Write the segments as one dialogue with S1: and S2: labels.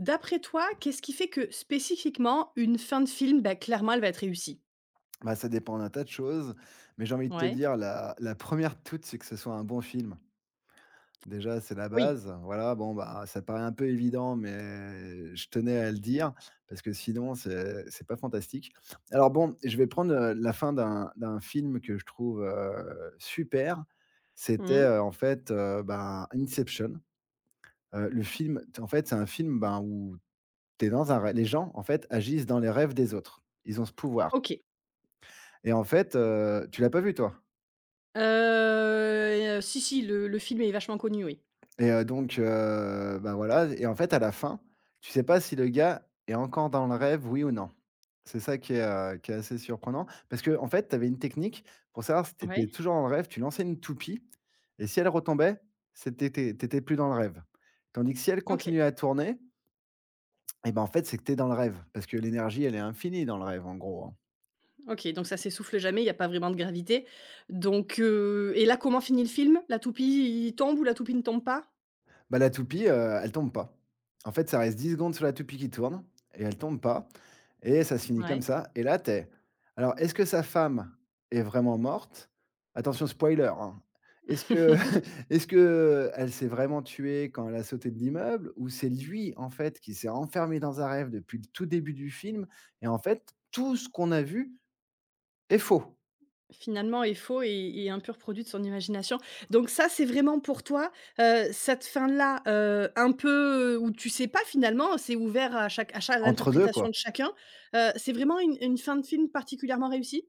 S1: D'après toi, qu'est-ce qui fait que spécifiquement une fin de film, bah, clairement elle va être réussie?
S2: Bah, ça dépend d'un tas de choses, mais j'ai envie de te
S1: Ouais,
S2: dire la la première re de toutes, c'est que ce soit un bon film. Déjà, c'est la
S1: oui.
S2: base, voilà, bon, bah, ça paraît un peu évident, mais je tenais à le dire parce que sinon c'est pas fantastique. Alors bon, je vais prendre, la fin d'un film que je trouve, super. C'était,
S1: Mmh.
S2: en fait, ben, Inception. Le film t en fait, c'est un film, ben, où t'es dans un rê les gens, en fait, agissent dans les rêves des autres. Ils ont ce pouvoir
S1: OK.
S2: et en fait, tu l'as pas vu toi?
S1: Si, si, le film est vachement connu, oui.
S2: Et donc bah, voilà et en fait, à la fin, tu sais pas si le gars est encore dans le rêve, oui ou non. C'est ça qui est assez surprenant parce que en fait, tu avais une technique pour savoir si tu étais
S1: Ouais.
S2: toujours dans le rêve, tu lançais une toupie et si elle retombait, c'était t'étais plus dans le rêve. Tandis que si elle
S1: OK,
S2: continuait à tourner et ben en fait, c'est que tu es dans le rêve parce que l'énergie, elle est infinie dans le rêve, en gros, hein.
S1: OK, donc ça s'essouffle jamais, il y a pas vraiment de gravité. Donc et là, comment finit le film? La toupie il tombe ou la toupie ne tombe pas?
S2: Bah, la toupie, elle tombe pas. En fait, ça reste 10 secondes sur la toupie qui tourne et elle tombe pas et ça se finit comme
S1: Ouais.
S2: ça et là, t'es. Alors, est-ce que sa femme est vraiment morte? Attention spoiler, hein. Est-ce que est-ce que elle s'est vraiment tuée quand elle a sauté de l'immeuble ou c'est lui, en fait, qui s'est enfermé dans un rêve depuis le tout début du film et en fait, tout ce qu'on a vu est faux?
S1: Finalement est faux et un pur produit de son imagination. Donc ça, c'est vraiment pour toi, cette fin-là, un peu, où tu sais pas finalement, c'est ouvert à chaque à
S2: Entre 2 quoi.
S1: l'interprétation de chacun, c'est vraiment une fin de film particulièrement réussie?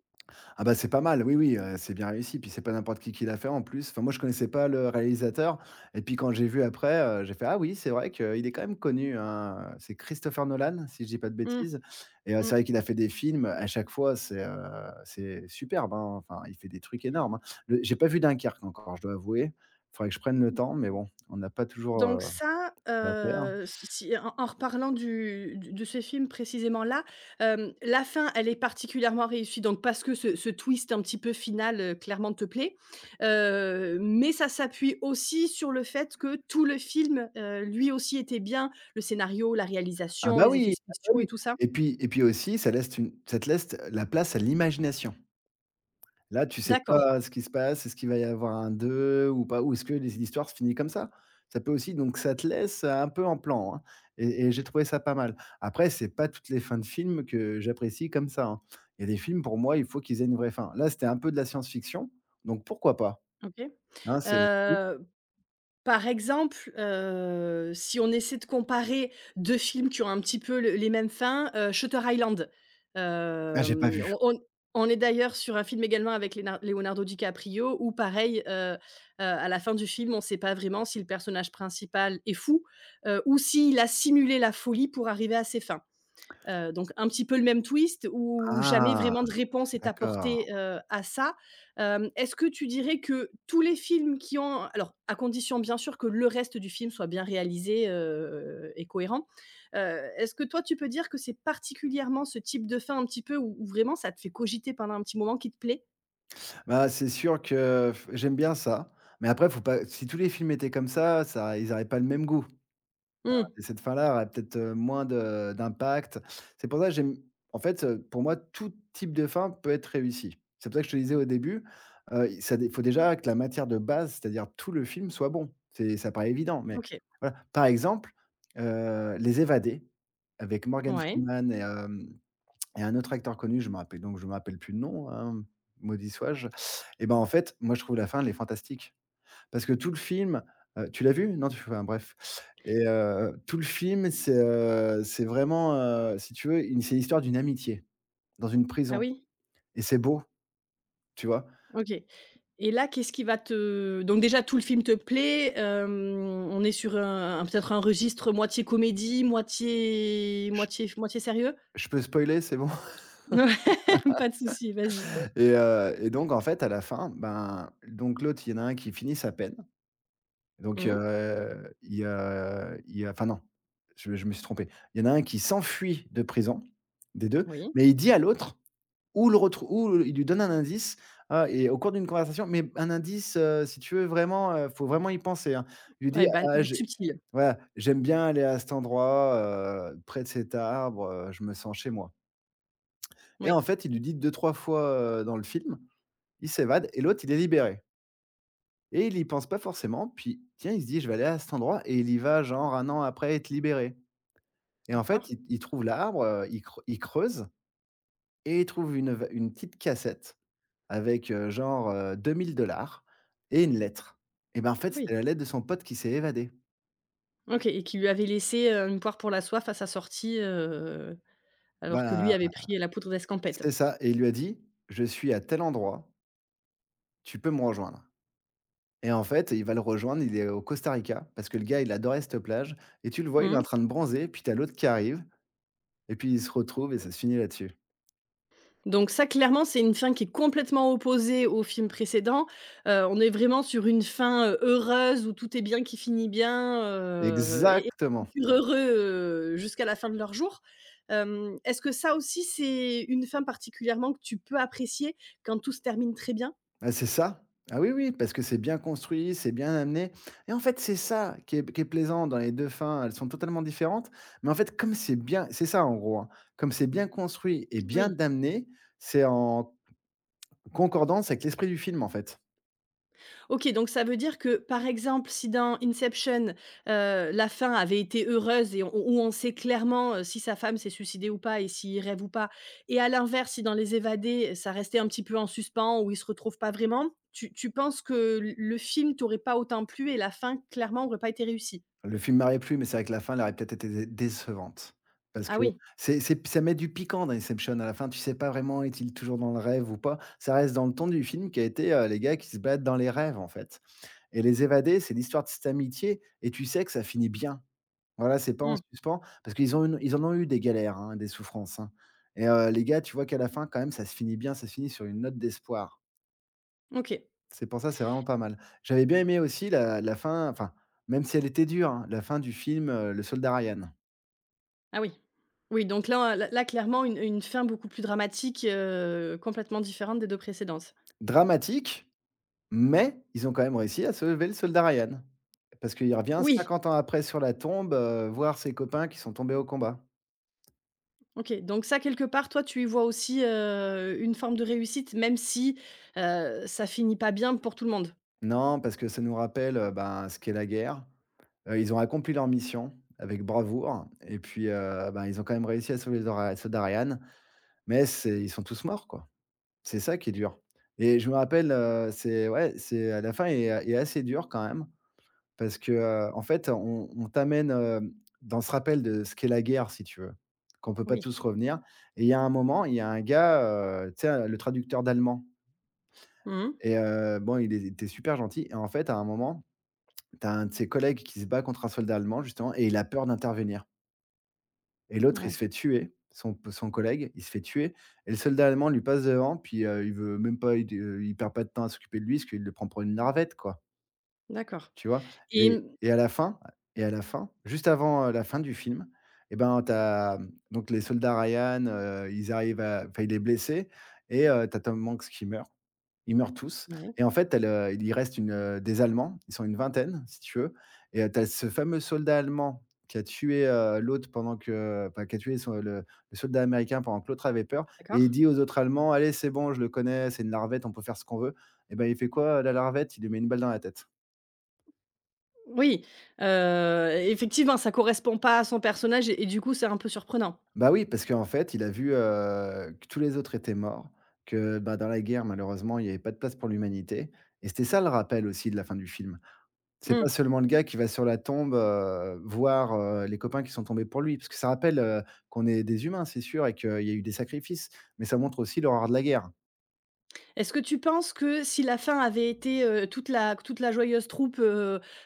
S2: Ah bah, c'est pas mal, oui, oui, c'est bien réussi, puis c'est pas n'importe qui l'a fait en plus. Enfin moi je connaissais pas le réalisateur et puis quand j'ai vu après, j'ai fait: «Ah oui, c'est vrai qu'il est quand même connu, hein», c'est Christopher Nolan, si je dis pas de
S1: Mmh.
S2: bêtises et c'est
S1: Mmh.
S2: vrai qu'il a fait des films, à chaque fois c'est superbe, hein, enfin il fait des trucs énormes, hein. Le j'ai pas vu Dunkerque encore, je dois avouer. Il faudrait que je prenne le temps mais bon, on n'a pas toujours,
S1: Donc ça,
S2: ça à faire.
S1: si en reparlant du de ce film précisément-là, la fin, elle est particulièrement réussie donc parce que ce twist un petit peu final, clairement te plaît, mais ça s'appuie aussi sur le fait que tout le film, lui aussi était bien. Le scénario, la réalisation, les effets
S2: Ah bah
S1: spéciaux et
S2: oui
S1: tout ça?
S2: et puis aussi ça te laisse la place à l'imagination. Là, tu sais
S1: D'accord,
S2: pas ce qui se passe, est-ce qu'il va y avoir un 2 ou pas? Ou est-ce que les l'histoire se finit comme ça? Ça peut aussi donc ça te laisse un peu en plan, hein et j'ai trouvé ça pas mal. Après, c'est pas toutes les fins de films que j'apprécie comme ça, hein. Il y a des films, pour moi, il faut qu'ils aient une vraie fin. Là, c'était un peu de la science-fiction, donc pourquoi pas?
S1: OK.
S2: Hein, c'est oui?
S1: Heu Par exemple, si on essaie de comparer 2 films qui ont un petit peu le les mêmes fins, Shutter Island,
S2: Ah, j'ai pas
S1: hem,
S2: vu.
S1: on on on est d'ailleurs sur un film également avec Lénar Leonardo DiCaprio où pareil, à la fin du film, on ne sait pas vraiment si le personnage principal est fou, ou s'il a simulé la folie pour arriver à ses fins. Donc un petit peu le même twist où jamais
S2: Ah,
S1: vraiment de réponse est
S2: d'accord.
S1: apportée, à ça. Est-ce que tu dirais que tous les films qui ont alors à condition bien sûr que le reste du film soit bien réalisé, et cohérent. Heu, est-ce que toi tu peux dire que c'est particulièrement ce type de fin un petit peu où vraiment ça te fait cogiter pendant un petit moment qui te plaît?
S2: Bah, c'est sûr que f j'aime bien ça, mais après, faut pas si tous les films étaient comme ça ils n'auraient pas le même goût.
S1: Mmh.
S2: Et cette fin-là aurait peut-être, moins de d'impact. C'est pour ça que j'aime en fait, pour moi, tout type de fin peut être réussi. C'est pour ça que je te disais au début, il ça dé faut déjà que la matière de base, c'est-à-dire tout le film soit bon. C'est ça paraît évident, mais
S1: OK.
S2: voilà. Par exemple, Les Évadés avec Morgan
S1: Ouais.
S2: Freeman et un autre acteur connu, je me rappelle plus le nom, hein, maudit sois-je. Et ben, en fait, moi, je trouve la fin, elle est fantastique. Parce que tout le film, tu l'as vu? Non, tu enfin bref et tout le film, c'est, si tu veux, une c'est l'histoire d'une amitié dans une
S1: Ah
S2: prison
S1: oui.
S2: et c'est beau, tu vois?
S1: OK et là, qu'est-ce qui va te donc déjà tout le film te plaît, on est sur un peut-être un registre moitié comédie,
S2: Je
S1: moitié sérieux?
S2: je peux spoiler, c'est bon?
S1: Ouais, pas de souci, vas-y.
S2: Et donc en fait, à la fin, ben, donc l'autre, il y en a un qui finit sa peine. Donc
S1: Mmh,
S2: enfin non, je me suis trompé. Il y en a un qui s'enfuit de prison, des deux.
S1: oui.
S2: Mais il dit à l'autre ou le retrou ou il lui donne un indice, et au cours d'une conversation, mais un indice, si tu veux vraiment, faut vraiment y penser, hein. Il lui dit:
S1: Ouais, ban
S2: «Ah j'ai»
S1: subtil.
S2: voilà, «J'aime bien aller à cet endroit, près de cet arbre, je me sens chez moi» et en
S1: Oui,
S2: fait, il lui dit deux trois fois, dans le film, il s'évade et l'autre, il est libéré et il y pense pas forcément, puis tiens, il se dit: «Je vais aller à cet endroit» et il y va genre un an après être libéré et en fait,
S1: d'accord.
S2: il trouve l'arbre, il creuse et il trouve une petite cassette avec, genre, 2 000 et une lettre. Et ben, en fait,
S1: Ah
S2: c'était
S1: oui,
S2: la lettre de son pote qui s'est évadé.
S1: OK et qui lui avait laissé, une poire pour la soif à sa sortie, alors que
S2: Bah,
S1: lui avait pris la poudre d'escampette.
S2: c'est ça et il lui a dit: «Je suis à tel endroit, tu peux me rejoindre» et en fait, il va le rejoindre, il est au Costa Rica parce que le gars, il adorait cette plage et tu le vois, il est en
S1: Mmh.
S2: train de bronzer, puis t'as l'autre qui arrive et puis ils se retrouvent et ça se finit là-dessus.
S1: Donc ça, clairement, c'est une fin qui est complètement opposée au film précédent. On est vraiment sur une fin, heureuse où tout est bien qui finit bien, et
S2: Exactement.
S1: heureux, jusqu'à la fin de leur jour. Est-ce que ça aussi, c'est une fin particulièrement que tu peux apprécier quand tout se termine très bien?
S2: Ah, c'est ça. Ah oui, oui, parce que c'est bien construit, c'est bien amené et en fait, c'est ça qui est plaisant dans les 2 fins. Elles sont totalement différentes, mais en fait, comme c'est bien c'est ça en gros, hein, comme c'est bien construit et bien
S1: Oui.
S2: amené, c'est en concordance avec l'esprit du film, en fait.
S1: OK, donc ça veut dire que, par exemple, si dans Inception, la fin avait été heureuse et on où on sait clairement, si sa femme s'est suicidée ou pas et s'il rêve ou pas et à l'inverse, si dans Les Évadés, ça restait un petit peu en suspens ou il se retrouve pas vraiment, tu penses que l le film t'aurait pas autant plu et la fin, clairement, aurait pas été réussie?
S2: Le film m'aurait plu, mais c'est vrai que la fin, elle aurait peut-être été dé décevante parce
S1: Ah
S2: que
S1: oui.
S2: c'est ça met du piquant dans Inception à la fin, tu sais pas vraiment est-il toujours dans le rêve ou pas. Ça reste dans le ton du film qui a été, les gars qui se battent dans les rêves, en fait. Et Les Évadés, c'est l'histoire de cette amitié et tu sais que ça finit bien. Voilà, c'est pas en
S1: Mmh.
S2: suspens parce qu'ils en ont eu des galères, hein, des souffrances, hein et les gars, tu vois qu'à la fin quand même ça se finit bien, ça se finit sur une note d'espoir.
S1: OK.
S2: C'est pour ça, c'est vraiment pas mal. J'avais bien aimé aussi la fin, enfin, même si elle était dure, hein, la fin du film, Le Soldat Ryan.
S1: Ah oui. Oui, donc là, clairement, une fin beaucoup plus dramatique, complètement différente des 2 précédentes.
S2: Dramatique, mais ils ont quand même réussi à sauver le Soldat Ryan. Parce qu'il revient
S1: Oui.
S2: 50 ans après sur la tombe, voir ses copains qui sont tombés au combat.
S1: OK, donc ça, quelque part, toi, tu y vois aussi, une forme de réussite, même si, ça finit pas bien pour tout le monde?
S2: Non, parce que ça nous rappelle, ben, ce qu'est la guerre. Ils ont accompli leur mission avec bravoure et puis, ben, ils ont quand même réussi à sauver leur a soldats mais c'est ils sont tous morts, quoi. C'est ça qui est dur et je me rappelle, c'est ouais, c'est à la fin est assez dur quand même parce que, en fait, on t'amène, dans ce rappel de ce qu'est la guerre, si tu veux, qu'on peut pas
S1: Oui.
S2: tous revenir et il y a un moment, il y a un gars, tu sais, le traducteur d'allemand
S1: Mmh.
S2: et bon, il était super gentil et en fait, à un moment t'as un de ses collègues qui se bat contre un soldat allemand justement et il a peur d'intervenir et l'autre, il se
S1: Ouais,
S2: fait tuer, son collègue, il se fait tuer et le soldat allemand lui passe devant puis, il veut même pas il perd pas de temps à s'occuper de lui parce qu'il le prend pour une larvette quoi.
S1: d'accord
S2: Tu vois?
S1: et
S2: Et
S1: mmh,
S2: et à la fin, juste avant, la fin du film, et ben, t'as donc les soldats Ryan, ils arrivent à enfin il est blessé et tu Tom Hanks qui meurt. Ils meurent tous
S1: ouais,
S2: et en fait, tu le il y reste des Allemands, ils sont une vingtaine, si tu veux et tu as ce fameux soldat allemand qui a tué, l'autre pendant que enfin qui a tué son le soldat américain pendant que l'autre avait peur et il
S1: d'accord.
S2: dit aux autres Allemands: «Allez, c'est bon, je le connais, c'est une larvette, on peut faire ce qu'on veut». Et ben, il fait quoi, la larvette? Il lui met une balle dans la tête.
S1: Oui, effectivement, ça correspond pas à son personnage et du coup, c'est un peu surprenant.
S2: Bah oui, parce qu'en fait, il a vu, que tous les autres étaient morts, que, bah, dans la guerre, malheureusement, il n'y avait pas de place pour l'humanité et c'était ça le rappel aussi de la fin du film. C'est pas
S1: Mmh.
S2: seulement le gars qui va sur la tombe, voir, les copains qui sont tombés pour lui, parce que ça rappelle, qu'on est des humains, c'est sûr et qu'il y a eu des sacrifices, mais ça montre aussi l'horreur de la guerre.
S1: Est-ce que tu penses que si la fin avait été, toute la joyeuse troupe, heu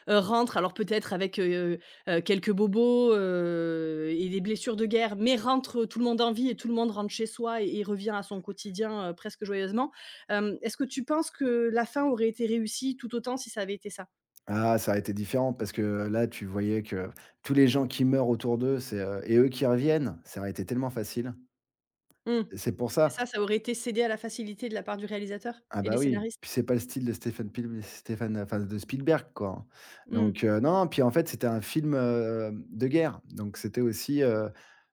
S1: heu, rentre alors peut-être avec, quelques bobos, et des blessures de guerre, mais rentre tout le monde en vie et tout le monde rentre chez soi et revient à son quotidien, presque joyeusement. Est-ce que tu penses que la fin aurait été réussie tout autant si ça avait été ça?
S2: Ah, ça a été différent parce que là, tu voyais que tous les gens qui meurent autour d'eux, et eux qui reviennent, ça aurait été tellement facile.
S1: Mmh.
S2: Et c'est pour
S1: C'est
S2: ça.
S1: ça, ça aurait été cédé à la facilité de la part du réalisateur
S2: Ah
S1: et des
S2: bah oui,
S1: scénaristes?
S2: puis c'est pas le style de Stéphane, enfin de Spielberg, quoi, hein.
S1: Mmh.
S2: Donc, non, puis en fait, c'était un film, de guerre. Donc c'était aussi,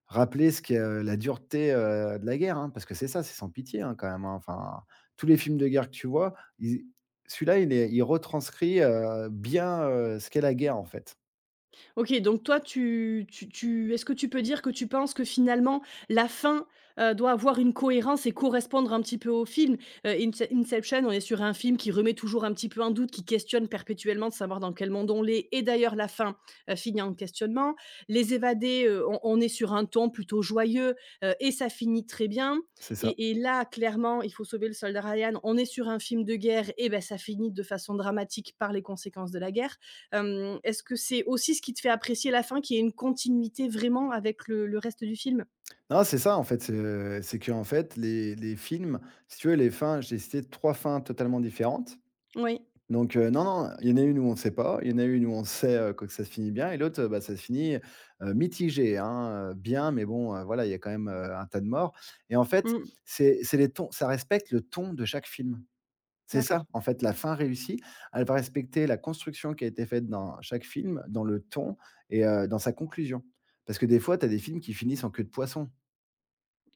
S2: rappeler ce qu'est, la dureté, de la guerre, hein, parce que c'est ça, c'est sans pitié, hein, quand même, hein. Enfin, tous les films de guerre que tu vois, ils celui-là, il retranscrit, bien, ce qu'est la guerre, en fait.
S1: OK, donc toi, tu tu tu est-ce que tu peux dire que tu penses que finalement la fin, doit avoir une cohérence et correspondre un petit peu au film? Inception, on est sur un film qui remet toujours un petit peu en doute, qui questionne perpétuellement de savoir dans quel monde on l'est et d'ailleurs la fin, finit en questionnement. Les Évadés, on est sur un ton plutôt joyeux, et ça finit très bien
S2: C'est ça.
S1: et là, clairement, Il faut sauver le soldat Ryan, on est sur un film de guerre et bah, ça finit de façon dramatique par les conséquences de la guerre. Est-ce que c'est aussi ce qui te fait apprécier la fin, qu'il y ait une continuité vraiment avec le reste du film?
S2: Non, c'est ça en fait, c'est qu'en fait les films, si tu veux les fins j'ai cité 3 fins totalement différentes.
S1: Oui.
S2: Donc, non, non, il y en a une où on ne sait pas, il y en a une où on sait, que ça se finit bien et l'autre, bah, ça se finit, mitigé, hein, bien, mais bon, voilà, il y a quand même, un tas de morts et en fait,
S1: Mmh.
S2: c'est les tons ça respecte le ton de chaque film. C'est ça,
S1: D'accord.
S2: en fait, la fin réussie, elle va respecter la construction qui a été faite dans chaque film, dans le ton et dans sa conclusion. Parce que des fois, tu as des films qui finissent en queue de poisson.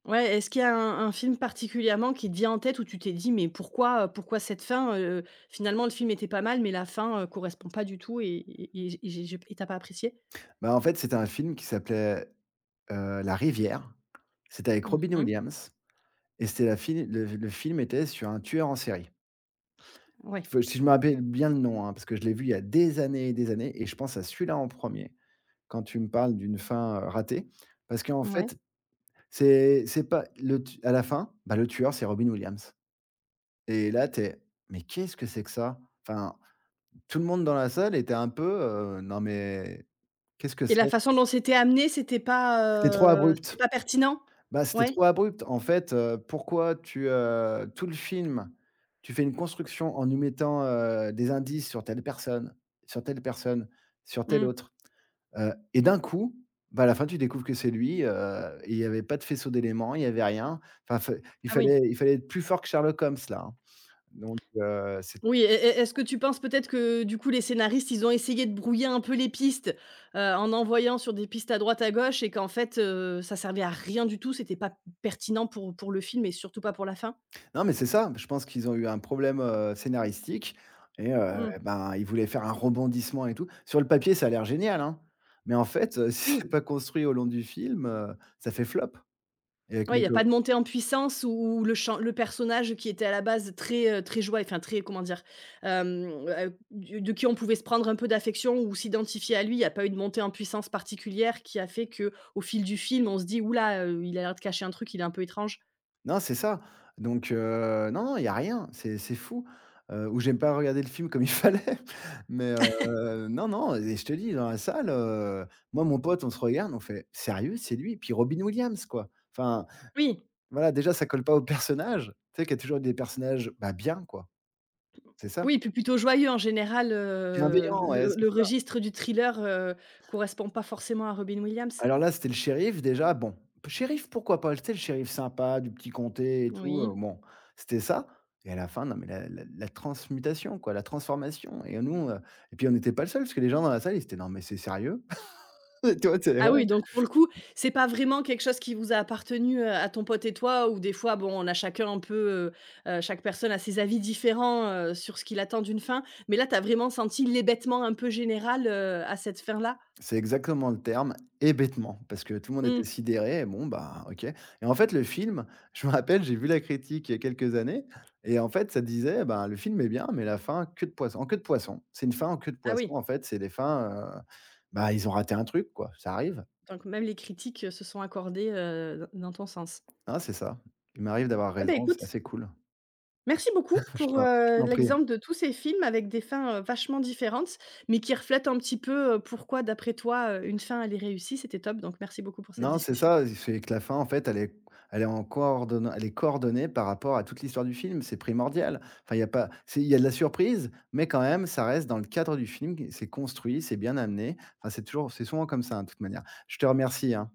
S1: Ouais, est-ce qu'il y a un film particulièrement qui te vient en tête où tu t'es dit: «Mais pourquoi, pourquoi cette fin?» Finalement le film était pas mal, mais la fin, correspond pas du tout et j'ai et tu pas apprécié?
S2: Bah, en fait, c'était un film qui s'appelait, La Rivière. C'était avec Robin
S1: Mmh.
S2: Williams et c'était la fil le film était sur un tueur en série.
S1: Ouais.
S2: Faut Si je me rappelle bien le nom, hein, parce que je l'ai vu il y a des années et je pense à celui-là en premier quand tu me parles d'une fin, ratée. Parce qu'en
S1: Ouais.
S2: fait, c'est pas le tu à la fin, bah, le tueur, c'est Robin Williams et là, tu es: «Mais qu'est-ce que c'est que ça?» Enfin, tout le monde dans la salle était un peu, «Non mais qu'est-ce que
S1: Et
S2: c'est?»
S1: la façon dont c'était amené,
S2: C'était trop
S1: c'était
S2: abrupt.
S1: pas pertinent?
S2: Bah, c'était
S1: Ouais.
S2: trop abrupt. En fait, pourquoi tu, tout le film, tu fais une construction en nous mettant, des indices sur telle personne, sur telle personne, sur telle
S1: Mmh.
S2: autre, et d'un coup, bah, à la fin, tu découvres que c'est lui, il y avait pas de faisceau d'éléments, il y avait rien. Enfin, fa il
S1: Ah oui.
S2: fallait il fallait être plus fort que Sherlock Holmes là, hein. Donc c'est
S1: Oui, est-ce que tu penses peut-être que, du coup, les scénaristes, ils ont essayé de brouiller un peu les pistes, en envoyant sur des pistes à droite, à gauche et qu'en fait, ça servait à rien du tout, c'était pas pertinent pour le film et surtout pas pour la fin?
S2: Non, mais c'est ça. Je pense qu'ils ont eu un problème, scénaristique et
S1: Mmh,
S2: ben, ils voulaient faire un rebondissement et tout. Sur le papier, ça a l'air génial, hein, mais en fait, si
S1: oui,
S2: c'est pas construit au long du film, ça fait flop et avec
S1: ouais, il
S2: mes
S1: y a
S2: co
S1: pas de montée en puissance où le personnage qui était à la base très joyeux, enfin très, comment dire? Du de qui on pouvait se prendre un peu d'affection ou s'identifier à lui, il y a pas eu de montée en puissance particulière qui a fait que au fil du film, on se dit: «Ouh là, il a l'air de cacher un truc, il est un peu étrange».
S2: non, c'est ça, donc non, non, il y a rien, c'est fou, ou j'aime pas regarder le film comme il fallait, mais non, non et je te dis dans la salle, moi, mon pote, on se regarde, on fait: «Sérieux, c'est lui?» puis Robin Williams, quoi. Enfin,
S1: Oui.
S2: voilà, déjà, ça colle pas au personnage. Tu sais qu'il y a toujours des personnages, bah, bien, quoi, c'est ça.
S1: Oui, puis plutôt joyeux en général,
S2: Bienveillant, ouais, c'est
S1: le
S2: ça.
S1: registre du thriller, correspond pas forcément à Robin Williams?
S2: Alors là, c'était le shérif, déjà, bon, shérif, pourquoi pas? Tu sais, le shérif sympa du petit comté et tout,
S1: Oui.
S2: bon, c'était ça et à la fin, non, mais la transmutation, quoi, la transformation et nous, et puis on n'était pas le seul parce que les gens dans la salle, ils étaient: «Non, mais c'est sérieux?» Tu vois? C'est
S1: Ah
S2: ouais.
S1: oui, donc pour le coup, c'est pas vraiment quelque chose qui vous a appartenu, à ton pote et toi ou des fois, bon, on a chacun un peu, chaque personne a ses avis différents, sur ce qu'il attend d'une fin, mais là, t'as vraiment senti l'hébétement un peu général, à cette fin-là?
S2: C'est exactement le terme et bêtement, parce que tout le monde était
S1: Mmh.
S2: sidéré et bon, bah, OK et en fait, le film, je me rappelle, j'ai vu la critique il y a quelques années et en fait, ça disait, ben, le film est bien, mais la fin, queue de poisson en queue de poisson. C'est une fin en queue de
S1: Ah
S2: poisson,
S1: oui,
S2: en fait, c'est des fins, bah, ils ont raté un truc quoi, ça arrive,
S1: donc même les critiques, se sont accordées, d dans ton sens.
S2: hein, c'est ça. Il m'arrive d'avoir
S1: Eh ben,
S2: raison, c'est
S1: écoute,
S2: assez cool.
S1: merci beaucoup
S2: Je
S1: pour,
S2: t'en je t'en prie.
S1: l'exemple de tous ces films avec des fins, vachement différentes, mais qui reflètent un petit peu, pourquoi d'après toi, une fin elle est réussie, c'était top donc merci beaucoup pour cette
S2: Non, c'est
S1: discussion.
S2: ça, c'est que la fin, en fait, elle est coordonnée par rapport à toute l'histoire du film, c'est primordial. Enfin, il y a pas c'est il y a de la surprise, mais quand même, ça reste dans le cadre du film, c'est construit, c'est bien amené. Enfin, c'est souvent comme ça, hein, de toute manière. Je te remercie, hein.